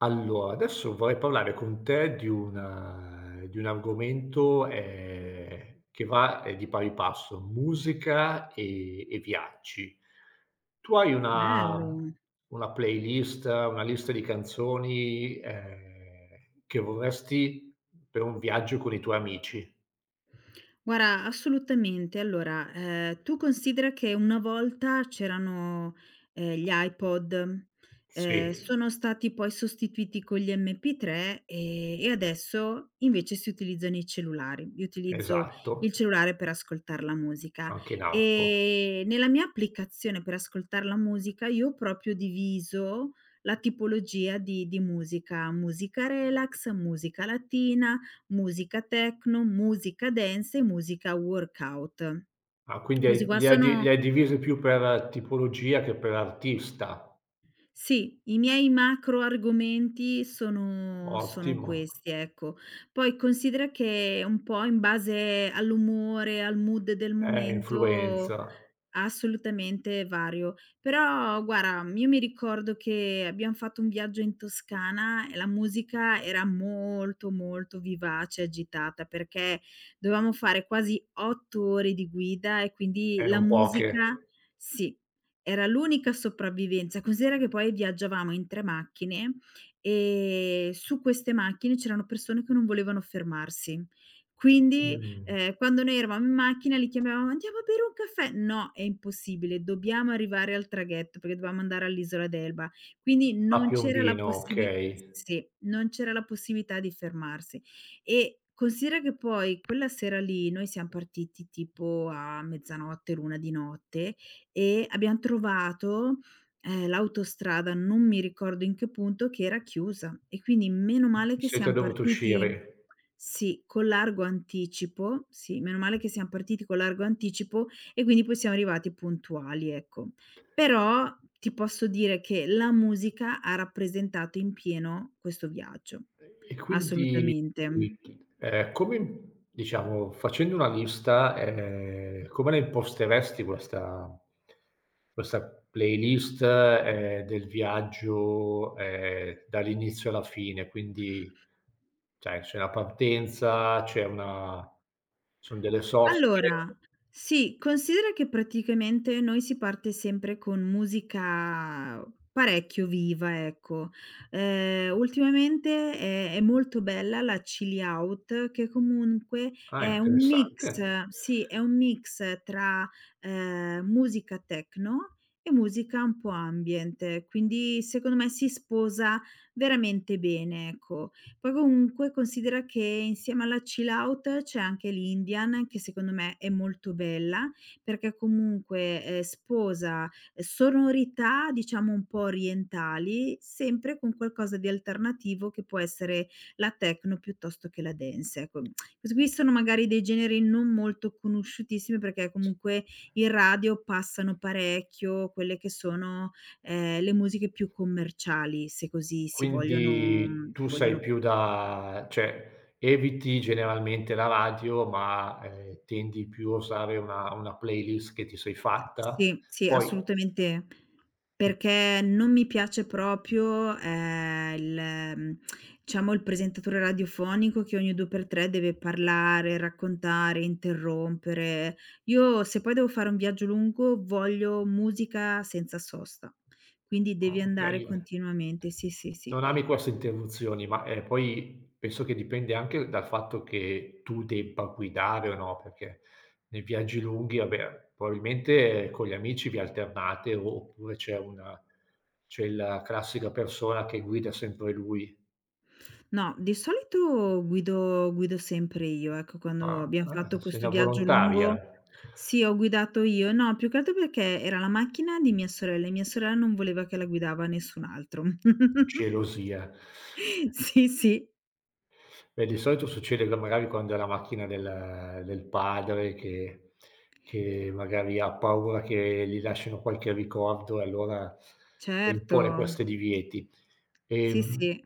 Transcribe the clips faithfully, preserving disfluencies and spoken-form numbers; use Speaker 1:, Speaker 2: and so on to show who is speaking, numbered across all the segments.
Speaker 1: Allora, adesso vorrei parlare con te di un eh, di un argomento, ehm, che va, ehm, di pari passo: musica e e viaggi. Tu hai una
Speaker 2: Bello.
Speaker 1: una playlist, una lista di canzoni, ehm, che vorresti per un viaggio con i tuoi amici?
Speaker 2: Guarda, assolutamente. Allora, ehm, tu considera che una volta c'erano, ehm, gli iPod, ehm,
Speaker 1: Sì,
Speaker 2: sono stati poi sostituiti con gli M P tre, ehm, e e adesso invece si utilizzano i cellulari. Io utilizzo
Speaker 1: esatto,
Speaker 2: il cellulare per ascoltar la musica
Speaker 1: anche in auto.
Speaker 2: e nella mia applicazione per ascoltar la musica io ho proprio diviso la tipologia di di musica: musica relax, musica latina, musica techno, musica dance e musica workout.
Speaker 1: Ah, quindi
Speaker 2: Questi
Speaker 1: hai
Speaker 2: qua
Speaker 1: li hai di
Speaker 2: sono.
Speaker 1: le hai divise più per tipologia che per artista.
Speaker 2: Sì, i miei macro argomenti sono sono
Speaker 1: Ottimo.
Speaker 2: questi, ecco. Poi considera che un po' in base all'umore, al mood del
Speaker 1: Eh,
Speaker 2: momento.
Speaker 1: influenza,
Speaker 2: Assolutamente vario. Però guarda, io mi ricordo che abbiam fatto un viaggio in Toscana e la musica era molto, molto vivace e agitata, perché dovevamo fare quasi otto ore di guida e
Speaker 1: e
Speaker 2: quindi la
Speaker 1: non poche.
Speaker 2: musica, sì, era l'unica sopravvivenza. Considera che poi viaggiavamo in tre macchine e su queste macchine c'erano persone che non volevano fermarsi. Quindi,
Speaker 1: Mh.
Speaker 2: ehm, quando noi eravamo in macchina li chiamavamo: "Andiamo a bere un caffè?" "No, è impossibile, dobbiamo arrivare al traghetto", perché dovevamo andare all'isola d'Elba. Quindi
Speaker 1: A
Speaker 2: non c'era la
Speaker 1: Piombino,
Speaker 2: possibi
Speaker 1: okay.
Speaker 2: sì, non c'era la possibilità di fermarsi. E considera che poi quella sera lì noi siam partiti tipo a mezzanotte, l'una di notte, e abbiam trovato, ehm, l'autostrada, non mi ricordo in che punto, che era chiusa, e quindi meno male che
Speaker 1: Siete
Speaker 2: siam
Speaker 1: dovuti
Speaker 2: partiti,
Speaker 1: uscire.
Speaker 2: sì, con largo anticipo, sì, meno male che siam partiti con largo anticipo, e quindi poi siamo arrivati puntuali, ecco. Però ti posso dire che la musica ha rappresentato in pieno questo viaggio,
Speaker 1: E quindi,
Speaker 2: assolutamente.
Speaker 1: ehm, come diciamo, facendo una lista, ehm, come la imposteresti questa questa playlist, ehm, del viaggio, ehm, dall'inizio alla fine? Quindi, cioè, c'è la partenza, c'è una son delle soste.
Speaker 2: Allora, sì, considera che praticamente noi si parte sempre con musica parecchio viva, ecco. Ehm, ultimamente è è molto bella la chill out, che comunque
Speaker 1: Ah,
Speaker 2: è un mix.
Speaker 1: interessante.
Speaker 2: Sì, è un mix tra, ehm, musica techno e musica un po' ambient, quindi secondo me si sposa veramente bene, ecco. Poi comunque considera che insieme alla chill out c'è anche l'Indian, che secondo me è molto bella, perché comunque, ehm, sposa eh, sonorità, diciamo, un po' orientali, sempre con qualcosa di alternativo che può essere la techno piuttosto che la dance, ecco. Questi qui sono magari dei generi non molto conosciutissimi, perché
Speaker 1: S
Speaker 2: comunque in radio passano parecchio quelle che sono, ehm, le musiche più commerciali, se così si vogliono.
Speaker 1: Quindi
Speaker 2: Mhmm,
Speaker 1: tu
Speaker 2: si
Speaker 1: sei
Speaker 2: vogliono.
Speaker 1: più da, cioè eviti generalmente la radio, ma, ehm, tendi più a usare una una playlist che ti sei fatta?
Speaker 2: Sì, sì,
Speaker 1: Poi
Speaker 2: assolutamente,
Speaker 1: ti
Speaker 2: perché non mi piace proprio, ehm, il, mhmm, diciamo, il presentatore radiofonico, che ogni due per tre deve parlare, raccontare, interrompere. Io, se poi devo fare un viaggio lungo, voglio musica senza sosta, quindi
Speaker 1: Ah,
Speaker 2: devi andare
Speaker 1: okay,
Speaker 2: continuamente. Sì, sì, sì.
Speaker 1: non ami queste interruzioni, ma, ehm, poi penso che dipende anche dal fatto che tu debba guidare o no, perché nei viaggi lunghi, vabbè, probabilmente con gli amici vi alternate o oppure c'è una c'è la classica persona che guida sempre lui.
Speaker 2: No, di solito guido guido sempre io, ecco. Quando
Speaker 1: Ah,
Speaker 2: abbiam fatto
Speaker 1: eh, sei
Speaker 2: questo
Speaker 1: una
Speaker 2: viaggio lungo,
Speaker 1: volontaria.
Speaker 2: sì, ho guidato io. No, più che altro perché era la macchina di mia sorella e mia sorella non voleva che la guidava nessun altro.
Speaker 1: Gelosia.
Speaker 2: Sì, sì.
Speaker 1: Beh, di solito succede che magari quando è la macchina del del padre che che magari ha paura che gli lascino qualche ricordo e allora
Speaker 2: Certo.
Speaker 1: impone questi divieti.
Speaker 2: Sì,
Speaker 1: Ehm,
Speaker 2: sì.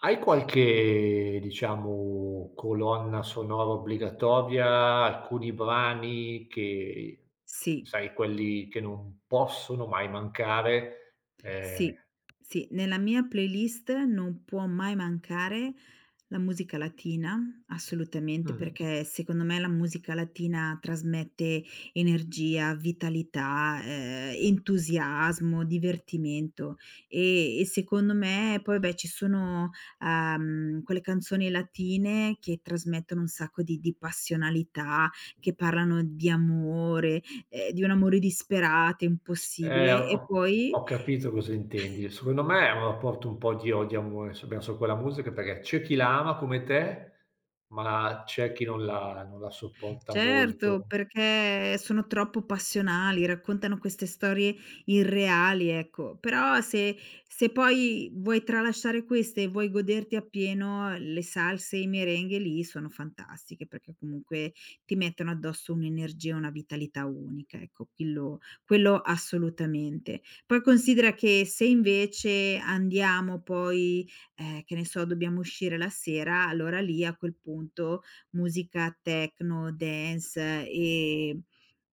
Speaker 1: Hai qualche, diciamo, colonna sonora obbligatoria, alcuni brani che
Speaker 2: Sì.
Speaker 1: sai, quelli che non possono mai mancare? Ehm
Speaker 2: Sì, sì, nella mia playlist non può mai mancare la musica latina, assolutamente,
Speaker 1: Mh.
Speaker 2: perché secondo me la musica latina trasmette energia, vitalità, ehm, entusiasmo, divertimento, e e secondo me poi, beh, ci sono, uhm, quelle canzoni latine che trasmettono un sacco di di passionalità, che parlano di amore, ehm, di un amore disperato,
Speaker 1: Eh,
Speaker 2: impossibile, e
Speaker 1: ho
Speaker 2: poi.
Speaker 1: Ho capito cosa intendi. Secondo me è un rapporto un po' di odio e amore su verso quella musica, perché c'è chi la ama come te, ma c'è chi non la non la sopporta
Speaker 2: Certo,
Speaker 1: molto.
Speaker 2: perché sono troppo passionali, raccontano queste storie irreali, ecco. Però se se poi vuoi tralasciare queste e vuoi goderti appieno le salse e i merengue, lì sono fantastiche, perché comunque ti mettono addosso un'energia e una vitalità unica, ecco, quello quello assolutamente. Poi considera che se invece andiamo poi, ehm, che ne so, dobbiamo uscire la sera, allora lì, a quel punto, musica techno, dance, eh, e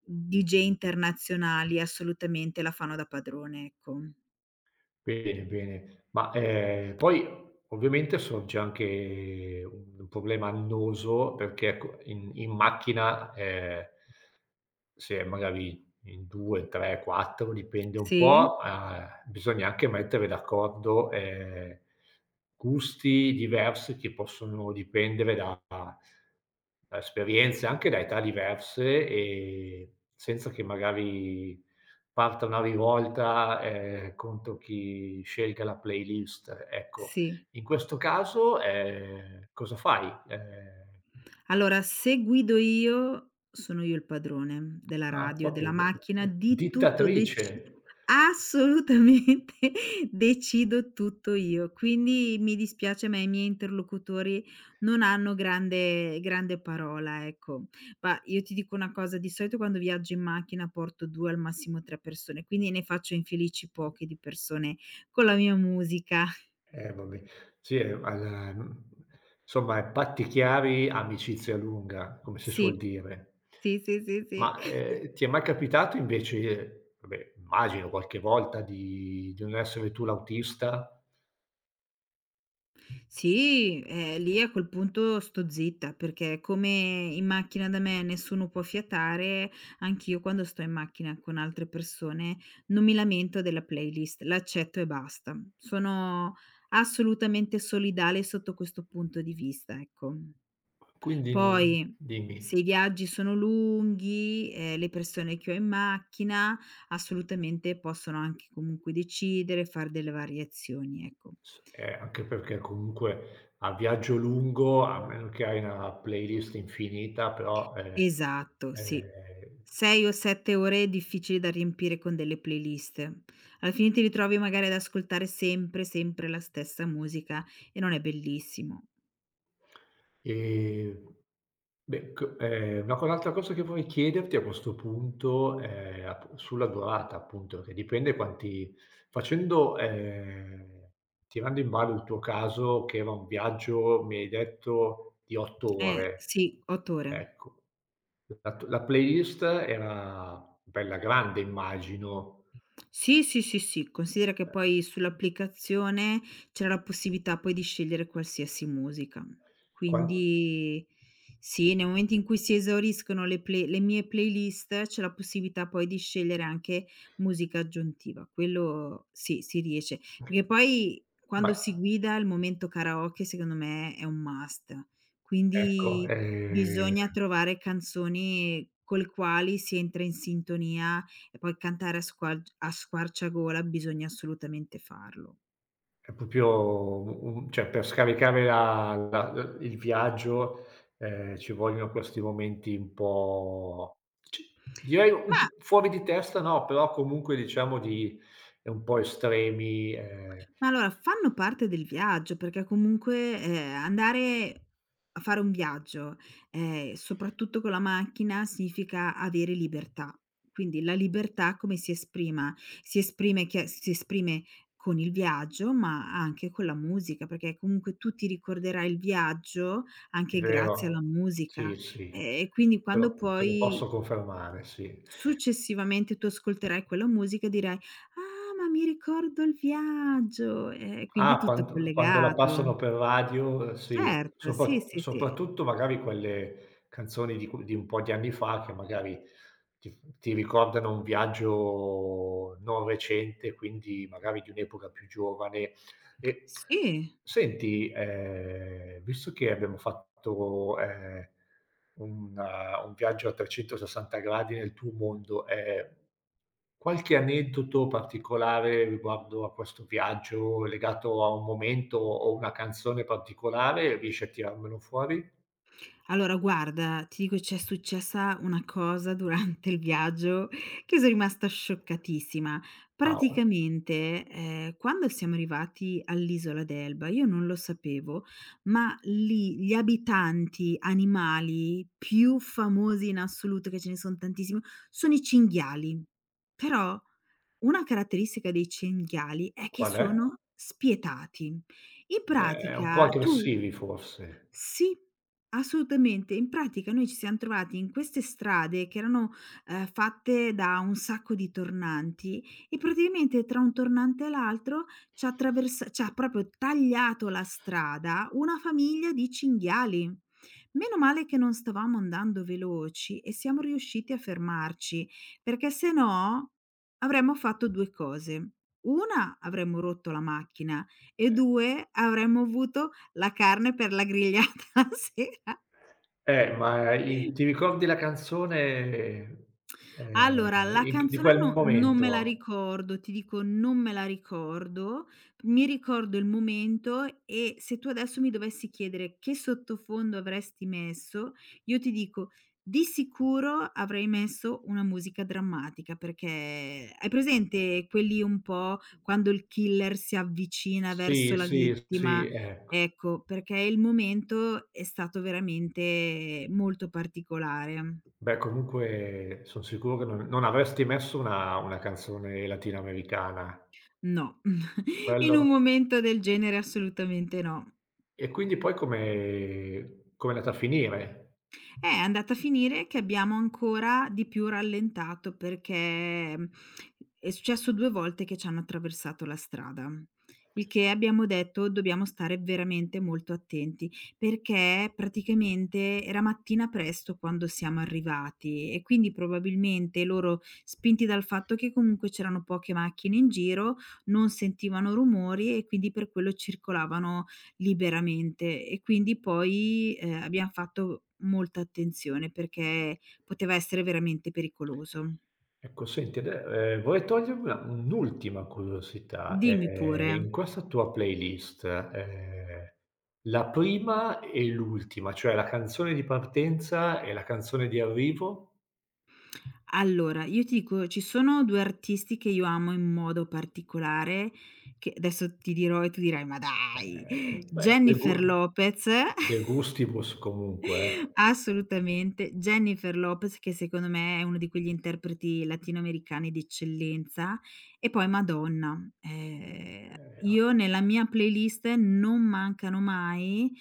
Speaker 2: D J internazionali assolutamente la fanno da padrone, ecco.
Speaker 1: Bene, bene. Ma, ehm, poi ovviamente sorge anche un problema annoso, perché ecco in in macchina, ehm se magari in due, tre, quattro dipende un
Speaker 2: Sì,
Speaker 1: po', ehm, bisogna anche mettere d'accordo, ehm, gusti diversi che possono dipendere da da esperienze, anche da età diverse e senza che magari parta una rivolta, ehm, contro chi scelga la playlist, ecco.
Speaker 2: sì.
Speaker 1: In questo caso, ehm, cosa fai? Ehm,
Speaker 2: Allora, se guido io, sono io il padrone della
Speaker 1: ah,
Speaker 2: radio,
Speaker 1: proprio,
Speaker 2: della macchina,
Speaker 1: eh,
Speaker 2: di tutto, deci
Speaker 1: dittatrice.
Speaker 2: assolutamente, decido tutto io. Quindi mi dispiace, ma i miei interlocutori non hanno grande grande parola, ecco. Ma io ti dico una cosa, di solito quando viaggio in macchina porto due, al massimo tre, persone, quindi ne faccio infelici poche di persone con la mia musica.
Speaker 1: Eh, vabbè. Sì, è al mhmm, insomma, è patti chiari, amicizia lunga, come si suol
Speaker 2: Sì,
Speaker 1: dire.
Speaker 2: sì, sì, sì, sì.
Speaker 1: Ma, ehm, ti è mai capitato invece, vabbè, immagino qualche volta di di non essere tu l'autista?
Speaker 2: Sì, eh, lì a quel punto sto zitta, perché come in macchina da me nessuno può fiatare, anch'io quando sto in macchina con altre persone non mi lamento della playlist, l'accetto e basta. Sono assolutamente solidale sotto questo punto di vista, ecco.
Speaker 1: Quindi, mhmm,
Speaker 2: Poi,
Speaker 1: dimmi.
Speaker 2: se i viaggi sono lunghi, eh, le persone che ho in macchina assolutamente possono anche comunque decidere, fare delle variazioni, ecco.
Speaker 1: S eh, Anche perché comunque a viaggio lungo, a meno che hai una playlist infinita, però, ehm,
Speaker 2: Esatto, sì.
Speaker 1: ehm
Speaker 2: sei o sette ore difficili da riempire con delle playlist. Alla fine ti ritrovi magari ad ascoltare sempre, sempre la stessa musica, e non è bellissimo.
Speaker 1: ehm, beh, c ehm, una co un'altra cosa che vorrei chiederti a questo punto è ap sulla durata appunto, che dipende quanti, facendo ehm, tirando in ballo il tuo caso che era un viaggio, mi hai detto, di otto
Speaker 2: Eh,
Speaker 1: ore,
Speaker 2: sì, otto ore.
Speaker 1: ecco. La t la playlist era bella grande, immagino.
Speaker 2: Sì, sì, sì, sì, considera che poi
Speaker 1: Ehm, mh,
Speaker 2: sull'applicazione c'era la possibilità poi di scegliere qualsiasi musica.
Speaker 1: quan
Speaker 2: Quindi, sì, nel momento in cui si esauriscono le play le mie playlist, c'è la possibilità poi di scegliere anche musica aggiuntiva. Quello sì, si riesce.
Speaker 1: che
Speaker 2: Perché poi,
Speaker 1: ma
Speaker 2: quando si guida, il momento karaoke secondo me è un must.
Speaker 1: ecco,
Speaker 2: Quindi
Speaker 1: ehm
Speaker 2: bisogna trovare canzoni col quali si entra in sintonia, e poi cantare a squar a squarciagola bisogna assolutamente farlo.
Speaker 1: è proprio u un cioè, per scaricare la la l il viaggio, ehm, ci vogliono questi momenti un po' ci, direi,
Speaker 2: Ma
Speaker 1: un fuori di testa, no, però comunque diciamo di è un po' estremi, ehm
Speaker 2: ma allora fanno parte del viaggio, perché comunque, ehm, andare a fare un viaggio, ehm, soprattutto con la macchina, significa avere libertà. Quindi la libertà come si esprima? Si esprime che si esprime con il viaggio, ma anche con la musica, perché comunque tu ti ricorderai il viaggio
Speaker 1: è
Speaker 2: anche grazie alla
Speaker 1: vero. Sì,
Speaker 2: musica.
Speaker 1: sì,
Speaker 2: Ehm, e quindi
Speaker 1: te
Speaker 2: quando
Speaker 1: lo te lo
Speaker 2: poi.
Speaker 1: posso confermare, sì.
Speaker 2: Successivamente tu ascolterai quella musica e dirai: "Ah, ma mi ricordo il viaggio!" E quindi è
Speaker 1: Ah,
Speaker 2: tutto
Speaker 1: quando quando la
Speaker 2: collegato.
Speaker 1: passano per radio, uhm, sì,
Speaker 2: Certo,
Speaker 1: sopra
Speaker 2: sì, sì, sì.
Speaker 1: soprattutto magari quelle canzoni di cu di un po' di anni fa che magari ti ti ricordano un viaggio non recente, quindi magari di un'epoca più giovane. E
Speaker 2: Sì.
Speaker 1: senti, ehm, visto che abbiamo fatto, ehm un eh, un viaggio a trecentosessanta gradi nel tuo mondo, ehm, qualche aneddoto particolare riguardo a questo viaggio, legato a un momento o una canzone particolare, riesci a tirarmelo fuori?
Speaker 2: Allora guarda, ti dico, c'è successa una cosa durante il viaggio che so' rimasta scioccatissima.
Speaker 1: Ah, o
Speaker 2: Praticamente, ehm, quando siamo arrivati all'isola d'Elba, io non lo sapevo, ma lì gli abitanti animali più famosi in assoluto, che ce ne son tantissimi, sono i cinghiali. Però una caratteristica dei cinghiali è che
Speaker 1: qual è?
Speaker 2: sono spietati. In
Speaker 1: Ehm, un po'
Speaker 2: pratica tu,
Speaker 1: aggressivi forse.
Speaker 2: sì, assolutamente. In pratica noi ci siam trovati in queste strade che erano, ehm, fatte da un sacco di tornanti, e praticamente tra un tornante e l'altro ci ha attraversa ci ha proprio tagliato la strada una famiglia di cinghiali. Meno male che non stavamo andando veloci e siamo riusciti a fermarci, perché se no avremmo fatto due cose: uno, avremmo rotto la macchina; e due, avremmo avuto la carne per la grigliata la sera.
Speaker 1: Eh, ma i ti ricordi la canzone, ehm,
Speaker 2: Allora, la
Speaker 1: in di
Speaker 2: canzone,
Speaker 1: quel
Speaker 2: no, non me la
Speaker 1: momento?
Speaker 2: ricordo, ti dico, non me la ricordo, mi ricordo il momento, e se tu adesso mi dovessi chiedere che sottofondo avresti messo, io ti dico di sicuro avrei messo una musica drammatica, perché hai presente, quelli un po' quando il killer si avvicina
Speaker 1: Sì,
Speaker 2: verso la
Speaker 1: sì, sì,
Speaker 2: vittima?
Speaker 1: ecco.
Speaker 2: Ecco, perché il momento è stato veramente molto particolare.
Speaker 1: Beh, comunque son sicuro che non non avresti messo una una canzone latinoamericana.
Speaker 2: No, in
Speaker 1: Quello,
Speaker 2: un momento del genere assolutamente no.
Speaker 1: e quindi poi come com'è andata a finire?
Speaker 2: È andata a finire che abbiamo ancora di più rallentato, perché, mhmm, è successo due volte che ci hanno attraversato la strada, il che abbiamo detto: "Dobbiamo stare veramente molto attenti", perché praticamente era mattina presto quando siamo arrivati e quindi probabilmente loro, spinti dal fatto che comunque c'erano poche macchine in giro, non sentivano rumori, e quindi per quello circolavano liberamente, e quindi poi, ehm, abbiam fatto molta attenzione, perché poteva essere veramente pericoloso.
Speaker 1: Ecco, senti, ade ehm, vorrei togliermi una un'ultima curiosità.
Speaker 2: Dimmi
Speaker 1: Ehm,
Speaker 2: pure.
Speaker 1: in questa tua playlist, ehm, la prima e l'ultima, cioè la canzone di partenza e la canzone di arrivo?
Speaker 2: Allora, io ti dico, ci sono due artisti che io amo in modo particolare, che adesso ti dirò e tu dirai: "Ma
Speaker 1: Ehm,
Speaker 2: dai!"
Speaker 1: beh, de gu
Speaker 2: Jennifer Lopez.
Speaker 1: de gustibus comunque,
Speaker 2: Assolutamente. Jennifer Lopez, che secondo me è uno di quegli interpreti latinoamericani di eccellenza, e poi Madonna.
Speaker 1: eh.
Speaker 2: Ehm,
Speaker 1: Ehm,
Speaker 2: io nella mia playlist non mancano mai,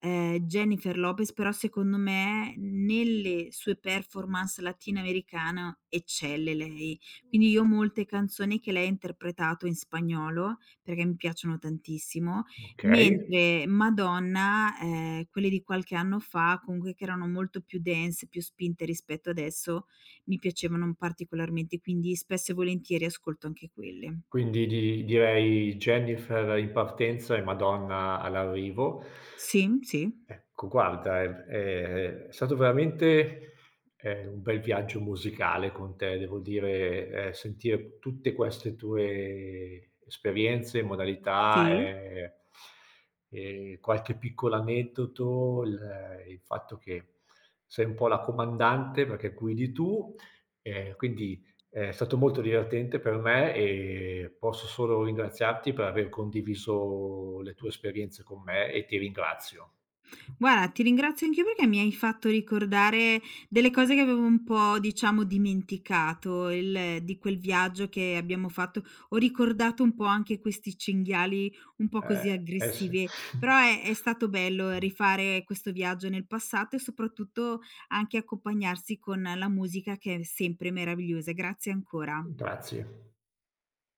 Speaker 2: ehm, Jennifer Lopez, però secondo me nelle sue performance latinoamericana eccelle lei. Quindi io ho molte canzoni che lei ha interpretato in spagnolo, perché mi piacciono tantissimo.
Speaker 1: Okay.
Speaker 2: Mentre Madonna, ehm, quelle di qualche anno fa, comunque, che erano molto più dance, più spinte rispetto adesso, mi piacevano particolarmente, quindi spesso e volentieri ascolto anche quelle.
Speaker 1: Quindi di direi Jennifer in partenza e Madonna all'arrivo.
Speaker 2: Sì, sì,
Speaker 1: Ecco, guarda, è è è stato veramente, ehm, un bel viaggio musicale con te, devo dire, ehm, sentire tutte queste tue esperienze, modalità,
Speaker 2: sì.
Speaker 1: ehm, e qualche piccolo aneddoto, il il fatto che sei un po' la comandante perché guidi tu, ehm, quindi è stato molto divertente per me e posso solo ringraziarti per aver condiviso le tue esperienze con me e ti ringrazio.
Speaker 2: Guarda, ti ringrazio anch'io perché mi hai fatto ricordare delle cose che avevo un po', diciamo, dimenticato, il di quel viaggio che abbiamo fatto. Ho ricordato un po' anche questi cinghiali un po' così
Speaker 1: Eh, eh sì.
Speaker 2: aggressivi, però è è stato bello rifare questo viaggio nel passato, e soprattutto anche accompagnarsi con la musica, che è sempre meravigliosa. Grazie ancora.
Speaker 1: Grazie.